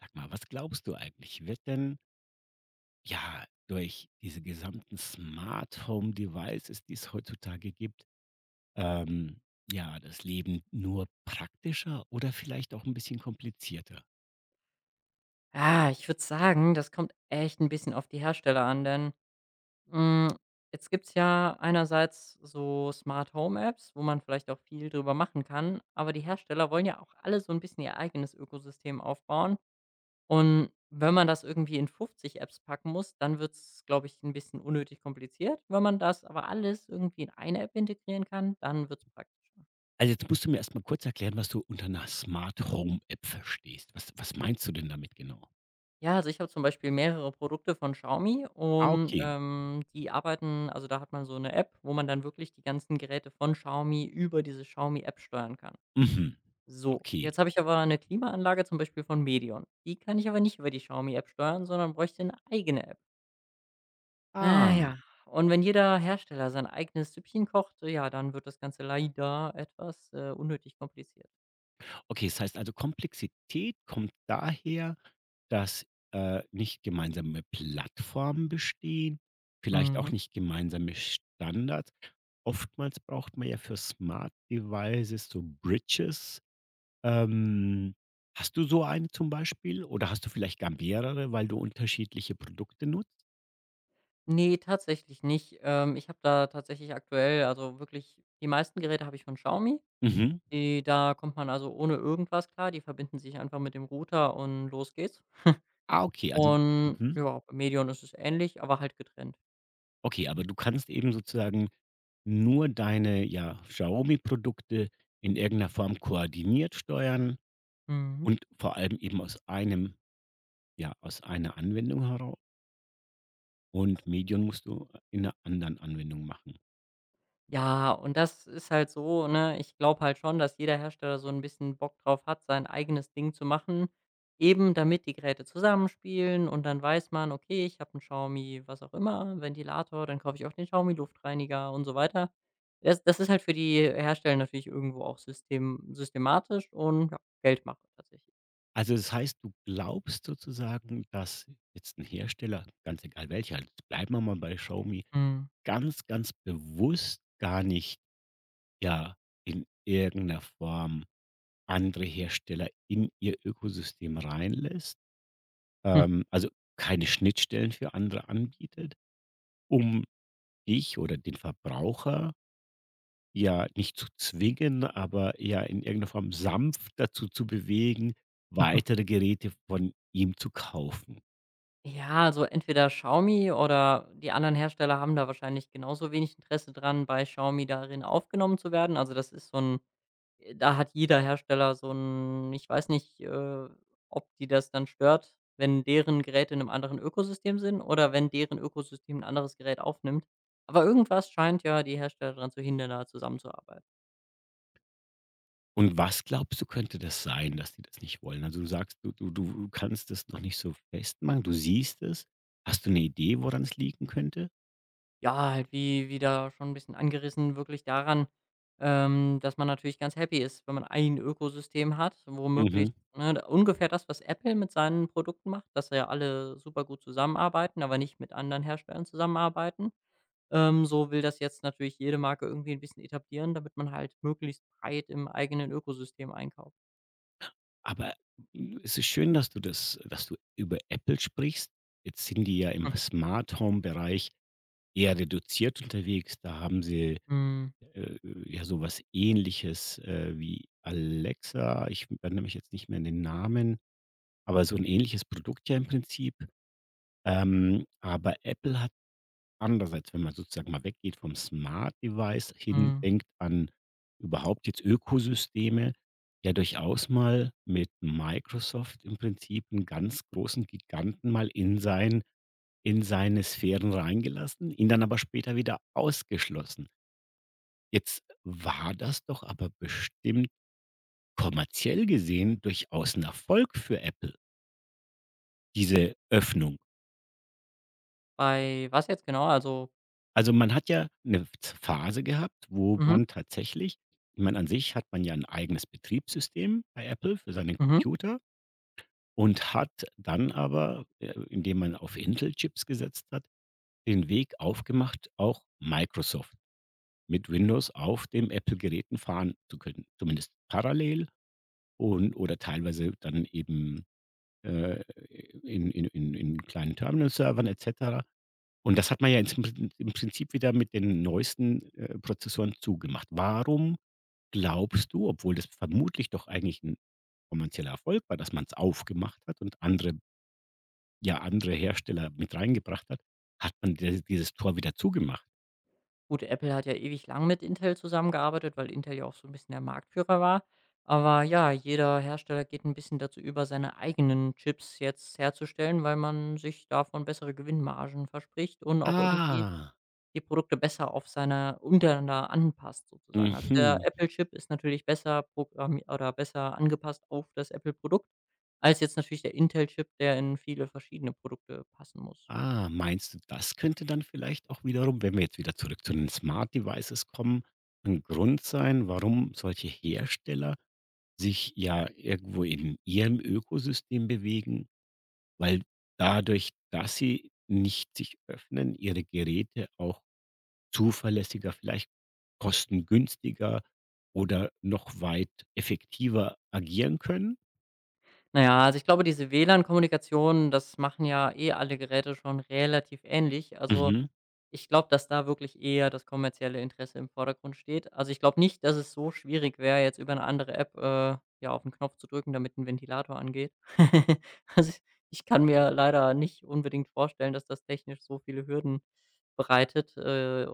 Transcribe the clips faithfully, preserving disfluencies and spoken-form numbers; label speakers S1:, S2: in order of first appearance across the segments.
S1: Sag mal, was glaubst du eigentlich? Wird denn, ja, durch diese gesamten Smart Home Devices, die es heutzutage gibt, ähm, ja, das Leben nur praktischer oder vielleicht auch ein bisschen komplizierter?
S2: Ah, ich würde sagen, das kommt echt ein bisschen auf die Hersteller an, denn, hm, jetzt gibt's ja einerseits so Smart Home Apps, wo man vielleicht auch viel drüber machen kann, aber die Hersteller wollen ja auch alle so ein bisschen ihr eigenes Ökosystem aufbauen. Und wenn man das irgendwie in fünfzig Apps packen muss, dann wird's, glaube ich, ein bisschen unnötig kompliziert. Wenn man das aber alles irgendwie in eine App integrieren kann, dann wird's praktischer.
S1: Also jetzt musst du mir erst mal kurz erklären, was du unter einer Smart Home App verstehst. Was was meinst du denn damit genau?
S2: Ja, also ich habe zum Beispiel mehrere Produkte von Xiaomi
S1: Ah,
S2: und,
S1: okay.
S2: ähm, die arbeiten also, da hat man so eine App, wo man dann wirklich die ganzen Geräte von Xiaomi über diese Xiaomi-App steuern kann.
S1: Mhm.
S2: So,
S1: Okay.
S2: jetzt habe ich aber eine Klimaanlage zum Beispiel von Medion. Die kann ich aber nicht über die Xiaomi-App steuern, sondern bräuchte eine eigene App. Ah
S1: Ah,
S2: ja, und wenn jeder Hersteller sein eigenes Süppchen kocht, ja, dann wird das Ganze leider etwas, äh, unnötig kompliziert.
S1: okay, das heißt also, Komplexität kommt daher dass, äh, nicht gemeinsame Plattformen bestehen, vielleicht
S2: Mhm.
S1: auch nicht gemeinsame Standards. Oftmals braucht man ja für Smart Devices so Bridges. Ähm, hast du so eine zum Beispiel oder hast du vielleicht gar mehrere, weil du unterschiedliche Produkte nutzt?
S2: Nee, tatsächlich nicht. Ähm, ich habe da tatsächlich aktuell also, wirklich die meisten Geräte habe ich von Xiaomi.
S1: Mhm.
S2: Die da kommt man also ohne irgendwas klar. Die verbinden sich einfach mit dem Router und los geht's.
S1: Ah, okay, also
S2: Und
S1: mhm.
S2: ja, bei Medion ist es ähnlich, aber halt getrennt.
S1: Okay, aber du kannst eben sozusagen nur deine, ja, Xiaomi-Produkte in irgendeiner Form koordiniert steuern
S2: Mhm.
S1: und vor allem eben aus einem, ja, aus einer Anwendung heraus, und Medium musst du in 'ner anderen Anwendung machen.
S2: Ja, und das ist halt so, ne? Ich glaube halt schon, dass jeder Hersteller so ein bisschen Bock drauf hat, sein eigenes Ding zu machen, eben damit die Geräte zusammenspielen und dann weiß man: „Okay, ich habe einen Xiaomi was auch immer, Ventilator, dann kaufe ich auch den Xiaomi Luftreiniger" und so weiter. Das das ist halt für die Hersteller natürlich irgendwo auch system systematisch und ja, Geldmache tatsächlich.
S1: Also, das heißt, du glaubst sozusagen, dass jetzt ein Hersteller, ganz egal welcher, jetzt bleiben wir mal bei Xiaomi,
S2: Mhm.
S1: ganz, ganz bewusst gar nicht, ja, in irgendeiner Form andere Hersteller in ihr Ökosystem reinlässt?
S2: Hm.
S1: Ähm, also keine Schnittstellen für andere anbietet, um dich oder den Verbraucher ja nicht zu zwingen, aber ja in irgendeiner Form sanft dazu zu bewegen, weitere Geräte von ihm zu kaufen.
S2: Ja, also entweder Xiaomi oder die anderen Hersteller haben da wahrscheinlich genauso wenig Interesse dran, bei Xiaomi darin aufgenommen zu werden. Also das ist so ein, äh, da hat jeder Hersteller so ein, ich weiß nicht, äh, ob die das dann stört, wenn deren Geräte in einem anderen Ökosystem sind oder wenn deren Ökosystem ein anderes Gerät aufnimmt. Aber irgendwas scheint ja die Hersteller daran zu hindern, da zusammenzuarbeiten.
S1: Und was glaubst du, könnte das sein, dass die das nicht wollen? Also du sagst, du, du, du kannst das noch nicht so festmachen, du siehst es. Hast du eine Idee, woran es liegen könnte?
S2: Ja, halt wie wie da schon ein bisschen angerissen, wirklich daran, ähm, dass man natürlich ganz happy ist, wenn man ein Ökosystem hat, wo möglichst ne, d ungefähr das, was Apple mit seinen Produkten macht, dass ja alle super gut zusammenarbeiten, aber nicht mit anderen Herstellern zusammenarbeiten. Ähm, so will das jetzt natürlich jede Marke irgendwie ein bisschen etablieren, damit man halt möglichst breit im eigenen Ökosystem einkauft.
S1: Aber es ist schön, dass du das dass du über Apple sprichst. Jetzt sind die ja
S2: Hm.
S1: im Smart-Home-Bereich eher reduziert unterwegs. Da haben sie,
S2: Mhm,
S1: äh, ja, sowas Ähnliches, äh, wie Alexa. Ich erinnere mich jetzt nicht mehr an den Namen, aber so ein ähnliches Produkt ja im Prinzip. Ähm, aber Apple andererseits, wenn man sozusagen mal weggeht vom Smart Device hin,
S2: mhm.
S1: denkt an überhaupt jetzt Ökosysteme, ja, durchaus mal mit Microsoft im Prinzip einen ganz großen Giganten mal in sein, in seine Sphären reingelassen, ihn dann aber später wieder ausgeschlossen. Jetzt war das doch aber bestimmt kommerziell gesehen durchaus ein Erfolg für Apple, diese Öffnung.
S2: Bei was jetzt genau? Also.
S1: Also, man hat ja eine Phase gehabt, wo
S2: Mhm,
S1: man tatsächlich, ich meine, an sich hat man ja ein eigenes Betriebssystem bei Apple für seinen
S2: mhm.
S1: Computer, und hat dann aber, äh, indem man auf Intel-Chips gesetzt hat, den Weg aufgemacht, auch Microsoft mit Windows auf dem Apple-Geräten fahren zu können, zumindest parallel und oder teilweise dann eben, äh, in in in in kleinen Terminal-Servern et cetera. Und das hat man ja jetzt im Prinzip wieder mit den neuesten, äh, Prozessoren zugemacht. Warum glaubst du, obwohl das vermutlich doch eigentlich ein kommerzieller Erfolg war, dass man es aufgemacht hat und andere, ja, andere Hersteller mit reingebracht hat, hat man di dieses Tor wieder zugemacht?
S2: Gut, Apple hat ja ewig lang mit Intel zusammengearbeitet, weil Intel ja auch so ein bisschen der Marktführer war. Aber ja, jeder Hersteller geht ein bisschen dazu über, seine eigenen Chips jetzt herzustellen, weil man sich davon bessere Gewinnmargen verspricht und auch irgendwie
S1: Ah,
S2: die Produkte besser auf seine untereinander anpasst sozusagen. Also, der
S1: mhm.
S2: Apple-Chip ist natürlich besser programmiert oder besser angepasst auf das Apple-Produkt als jetzt natürlich der Intel-Chip, der in viele verschiedene Produkte passen muss.
S1: Ah, meinst du, das könnte dann vielleicht auch wiederum, wenn wir jetzt wieder zurück zu den Smart Devices kommen, ein Grund sein, warum solche Hersteller sich ja irgendwo in ihrem Ökosystem bewegen, weil dadurch, dass sie nicht sich öffnen, ihre Geräte auch zuverlässiger, vielleicht kostengünstiger oder noch weit effektiver agieren können?
S2: Na ja, also ich glaube, diese W L A N-Kommunikation, das machen ja eh alle Geräte schon relativ ähnlich. Also,
S1: Mhm.
S2: ich glaube, dass da wirklich eher das kommerzielle Interesse im Vordergrund steht. Also, ich glaube nicht, dass es so schwierig wäre, jetzt über eine andere App, äh, ja, auf 'n Knopf zu drücken, damit ein Ventilator angeht. Also, ich ich kann mir leider nicht unbedingt vorstellen, dass das technisch so viele Hürden bereitet, äh,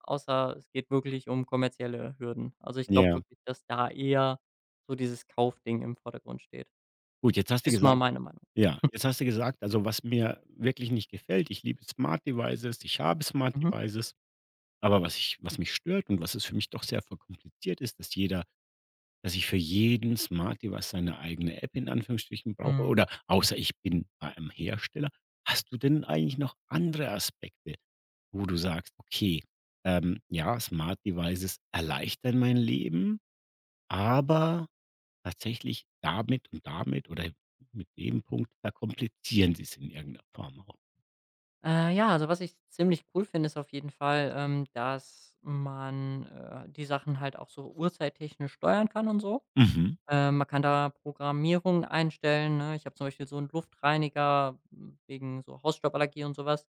S2: außer es geht wirklich um kommerzielle Hürden. Also, ich glaube
S1: Ja.
S2: wirklich, dass da eher so dieses Kaufding im Vordergrund steht.
S1: Gut, jetzt hast du
S2: Ist mal
S1: gesagt,
S2: meine Meinung.
S1: ja, jetzt hast du gesagt, also, was mir wirklich nicht gefällt, ich liebe Smart Devices, ich habe Smart
S2: Mhm.
S1: Devices, aber was ich was mich stört und was es für mich doch sehr verkompliziert ist, dass jeder, dass ich für jeden Smart Device seine eigene App in Anführungsstrichen brauche
S2: Mhm.
S1: oder außer ich bin bei einem Hersteller. Hast du denn eigentlich noch andere Aspekte, wo du sagst: „Okay, ähm, ja, Smart Devices erleichtern mein Leben, aber tatsächlich damit und damit oder mit dem Punkt verkomplizieren sie es in irgendeiner Form auch?“
S2: Äh, ja, also, was ich ziemlich cool finde, ist auf jeden Fall, ähm, dass man, äh, die Sachen halt auch so uhrzeittechnisch steuern kann und so.
S1: Mhm.
S2: Ähm, man kann da Programmierungen einstellen, ne? Ich habe zum Beispiel so einen Luftreiniger w wegen so Hausstauballergie und sowas.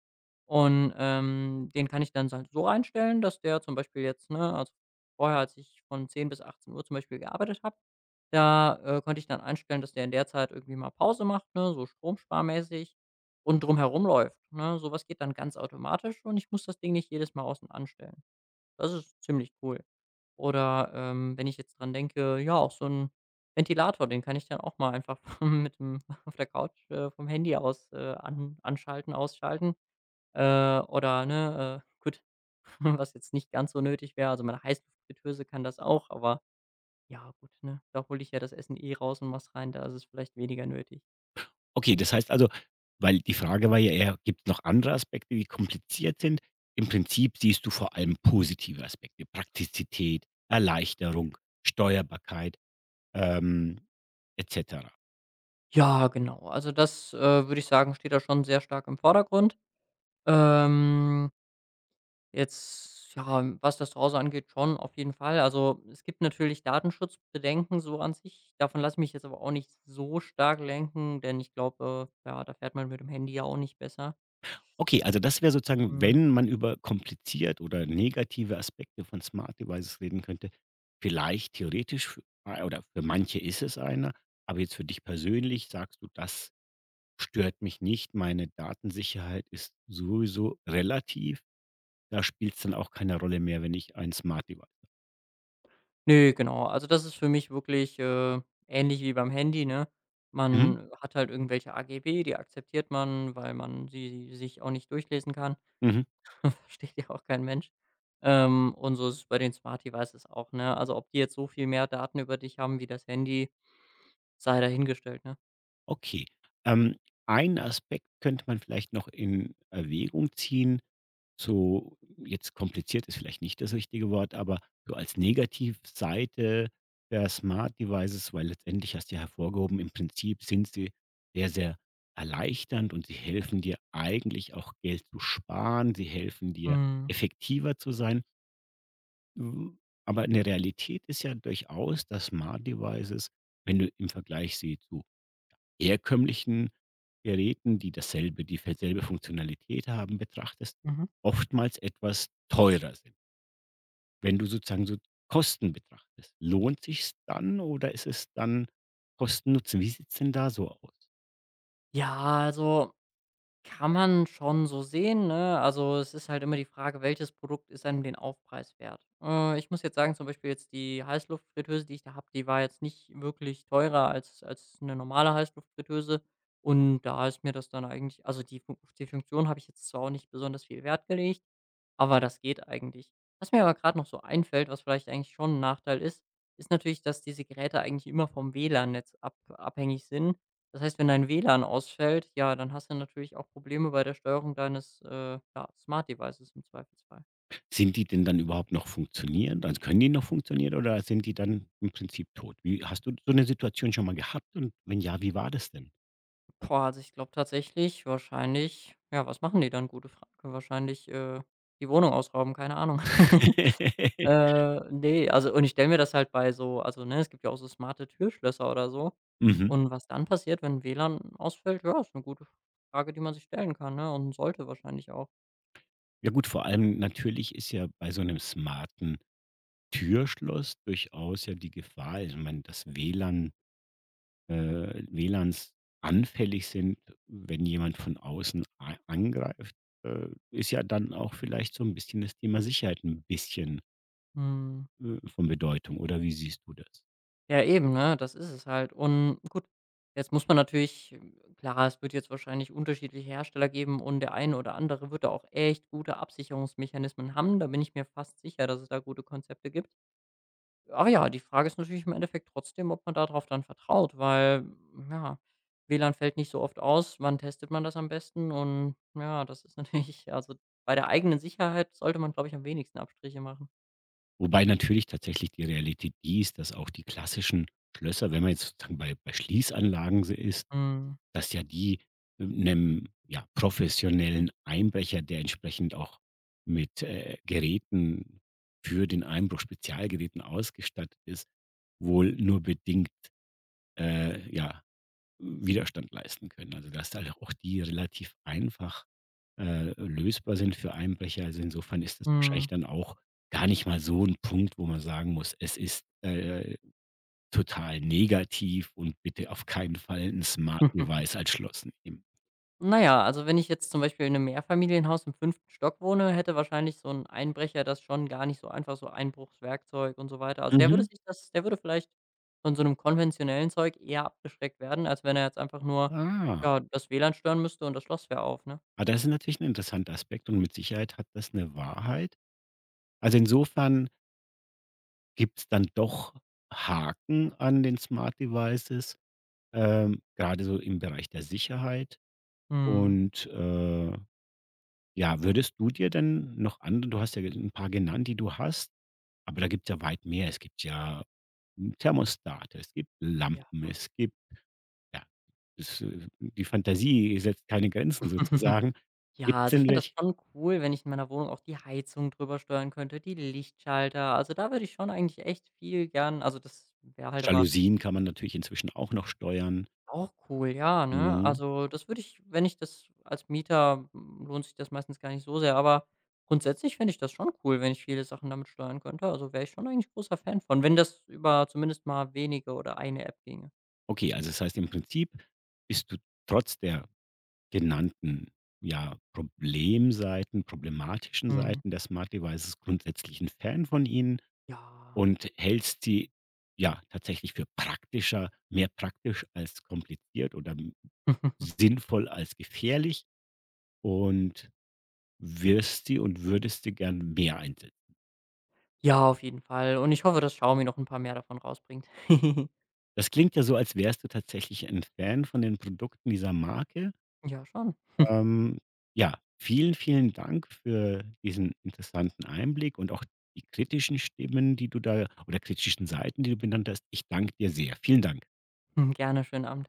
S2: Und, ähm, den kann ich dann halt so einstellen, dass der zum Beispiel jetzt, ne also, vorher, als ich von zehn bis achtzehn Uhr zum Beispiel gearbeitet habe. Da, äh, konnte ich dann einstellen, dass der in der Zeit irgendwie mal Pause macht, ne, so stromsparmäßig und drumherum läuft, ne? So geht dann ganz automatisch und ich muss das Ding nicht jedes Mal außen anstellen. Das ist ziemlich cool. Oder, ähm, wenn ich jetzt dran denke, ja, auch so ein Ventilator, den kann ich dann auch mal einfach mit dem auf der Couch, äh, vom Handy aus, äh, an anschalten, ausschalten. Äh, oder, ne, äh, gut, was jetzt nicht ganz so nötig wäre, also meine Heißluftfritteuse kann das auch, aber ja, gut, ne? Da hole ich ja das Essen eh raus und mache rein, da ist es vielleicht weniger nötig.
S1: Okay, das heißt also, weil die Frage war ja eher, gibt es noch andere Aspekte, die kompliziert sind? Im Prinzip siehst du vor allem positive Aspekte, Praktizität, Erleichterung, Steuerbarkeit, ähm, et cetera.
S2: Ja, genau. Also das, äh, würde ich sagen, steht da schon sehr stark im Vordergrund. Ähm, Jetzt, ja, was das Zuhause angeht, schon auf jeden Fall. Also, es gibt natürlich Datenschutzbedenken so an sich. Davon lasse ich mich jetzt aber auch nicht so stark lenken, denn ich glaube, äh, ja, da fährt man mit dem Handy ja auch nicht besser.
S1: Okay, also das wäre sozusagen, wenn man über kompliziert oder negative Aspekte von Smart Devices reden könnte, vielleicht theoretisch f ah, oder für manche ist es einer, aber jetzt für dich persönlich sagst du: „Das stört mich nicht, meine Datensicherheit ist sowieso relativ.“ Da spielt es dann auch keine Rolle mehr, wenn ich ein Smart Device
S2: Ne, genau. Also, das ist für mich wirklich, äh, ähnlich wie beim Handy, ne?
S1: mhm,
S2: Man hat halt irgendwelche A G B, die akzeptiert man, weil man sie sich auch nicht durchlesen kann.
S1: mhm,
S2: Versteht ja auch kein Mensch. Ähm, und so ist es bei den Smart Devices auch, ne? Also, ob die jetzt so viel mehr Daten über dich haben wie das Handy, sei dahingestellt, ne?
S1: okay. Ähm, einen Aspekt könnte man vielleicht noch in Erwägung ziehen, so, jetzt kompliziert ist vielleicht nicht das richtige Wort, aber so als Negativseite der Smart Devices, weil letztendlich hast du ja hervorgehoben, im Prinzip sind sie sehr, sehr erleichternd, und sie helfen dir eigentlich auch Geld zu sparen. Sie helfen dir,
S2: Mhm.
S1: effektiver zu sein. Hm, aber eine Realität ist ja durchaus, dass Smart Devices, wenn du im Vergleich sie zu herkömmlichen Geräten, die dasselbe die selbe Funktionalität haben, betrachtest,
S2: Mhm.
S1: oftmals etwas teurer sind. Wenn du sozusagen so Kosten betrachtest, lohnt sich's dann oder ist es dann Kosten-Nutzen? Wie sieht's denn da so aus?
S2: Ja, also kann man schon so sehen, ne? Also, es ist halt immer die Frage, welches Produkt ist einem den Aufpreis wert? Äh, ich muss jetzt sagen, zum Beispiel jetzt die Heißluftfritteuse, die ich da habe, die war jetzt nicht wirklich teurer als als eine normale Heißluftfritteuse, und da ist mir das dann eigentlich also, die Fun die Funktion habe ich jetzt zwar auch nicht besonders viel Wert gelegt, aber das geht eigentlich. Was mir aber gerade noch so einfällt, was vielleicht eigentlich schon ein Nachteil ist, ist natürlich, dass diese Geräte eigentlich immer vom W L A N-Netz ab abhängig sind. Das heißt, wenn dein W L A N ausfällt, ja, dann hast du natürlich auch Probleme bei der Steuerung deines, äh, ja, Smart Devices im Zweifelsfall.
S1: Sind die denn dann überhaupt noch funktionieren? Also, können die noch funktionieren oder sind die dann im Prinzip tot? Wie hast du so eine Situation schon mal gehabt und wenn ja, wie war das denn?
S2: Boah, also, ich glaube tatsächlich wahrscheinlich ja, was machen die dann? Gute Frage. Wahrscheinlich, äh, die Wohnung ausrauben, keine Ahnung. Äh, ne, also, und ich stelle mir das halt bei so also, ne, es gibt ja auch so smarte Türschlösser oder so.
S1: Mhm.
S2: Und was dann passiert, wenn W L A N ausfällt, ja, ist eine gute Frage, die man sich stellen kann, ne, und sollte wahrscheinlich auch.
S1: Ja gut, vor allem natürlich ist ja bei so einem smarten Türschloss durchaus ja die Gefahr, also, ich meine, dass W L A N äh, W L A Ns anfällig sind, wenn jemand von außen a angreift, äh, ist ja dann auch vielleicht so ein bisschen das Thema Sicherheit ein bisschen,
S2: Mhm.
S1: äh, von Bedeutung, oder wie siehst du das?
S2: Ja, eben, ne, das ist es halt. Und gut, jetzt muss man natürlich ähm, klar, es wird jetzt wahrscheinlich unterschiedliche Hersteller geben und der eine oder andere wird da auch echt gute Absicherungsmechanismen haben. Da bin ich mir fast sicher, dass es da gute Konzepte gibt. Aber ja, die Frage ist natürlich im Endeffekt trotzdem, ob man darauf dann vertraut, weil, ja, W L A N fällt nicht so oft aus. Wann testet man das am besten? Und ja, das ist natürlich also bei der eigenen Sicherheit sollte man, glaube ich, am wenigsten Abstriche machen.
S1: Wobei natürlich tatsächlich die Realität die ist, dass auch die klassischen Schlösser, wenn man jetzt sozusagen bei bei Schließanlagen s ist,
S2: Mhm,
S1: dass ja die 'nem, ja, professionellen Einbrecher, der entsprechend auch mit, äh, Geräten für den Einbruch Spezialgeräten ausgestattet ist, wohl nur bedingt, äh, ja, Widerstand leisten können. Also, dass da auch die relativ einfach, äh, lösbar sind für Einbrecher. Also, insofern ist das wahrscheinlich
S2: mhm.
S1: dann auch gar nicht mal so ein Punkt, wo man sagen muss, es ist, äh, total negativ und bitte auf keinen Fall ein Smart Device als Schloss nehmen.
S2: Na ja, also wenn ich jetzt zum Beispiel in einem Mehrfamilienhaus im fünften Stock wohne, hätte wahrscheinlich so ein Einbrecher das schon gar nicht so einfach so Einbruchswerkzeug und so weiter. Also, der würde
S1: Mhm.
S2: sich das der würde vielleicht von so einem konventionellen Zeug eher abgeschreckt werden, als wenn er jetzt einfach nur,
S1: Ah.
S2: ja, das W L A N stören müsste und das Schloss wäre auf, ne?
S1: Ah, das
S2: Also,
S1: ist natürlich 'n interessanter Aspekt und mit Sicherheit hat das 'ne Wahrheit. Also, insofern gibt's dann doch Haken an den Smart Devices, ähm, grade so im Bereich der Sicherheit.
S2: mhm,
S1: Und, äh, ja, würdest du dir denn noch andere, du hast ja ge 'n paar genannt, die du hast, aber da gibt's ja weit mehr. Es gibt ja Thermostate, es gibt
S2: ja.
S1: Lampen, es gibt, ja, es, äh die Fantasie setzt keine Grenzen sozusagen.
S2: Ja,
S1: Gibt's
S2: also ich
S1: denn
S2: fände das
S1: welche
S2: schon cool, wenn ich in meiner Wohnung auch die Heizung drüber steuern könnte, die Lichtschalter. Also, da würde ich schon eigentlich echt viel gern, also das wäre halt aber.
S1: Jalousien kann man natürlich inzwischen auch noch steuern.
S2: Auch cool, ja, ne?
S1: Mhm.
S2: Also, das würde ich wenn ich das als Mieter, hm, lohnt sich das meistens gar nicht so sehr, aber grundsätzlich fände ich das schon cool, wenn ich viele Sachen damit steuern könnte. Also, wäre ich schon eigentlich großer Fan von, wenn das über zumindest mal wenige oder eine App ginge.
S1: Okay, also das heißt im Prinzip bist du trotz der genannten, ja, Problemseiten, problematischen
S2: Mhm.
S1: Seiten der Smart Devices grundsätzlich ein Fan von ihnen
S2: Ja.
S1: und hältst sie, ja, tatsächlich für praktischer, mehr praktisch als kompliziert oder m sinnvoll als gefährlich, und wirst sie und würdest sie gern mehr einsetzen.
S2: Ja, auf jeden Fall. Und ich hoffe, dass Xiaomi noch ein paar mehr davon rausbringt.
S1: Das klingt ja so, als wärst du tatsächlich ein Fan von den Produkten dieser Marke.
S2: Ja, schon.
S1: Ähm, ja, vielen, vielen Dank für diesen interessanten Einblick und auch die kritischen Stimmen, die du da oder kritischen Seiten, die du benannt hast. Ich danke dir sehr. Vielen Dank.
S2: Gerne, schönen Abend.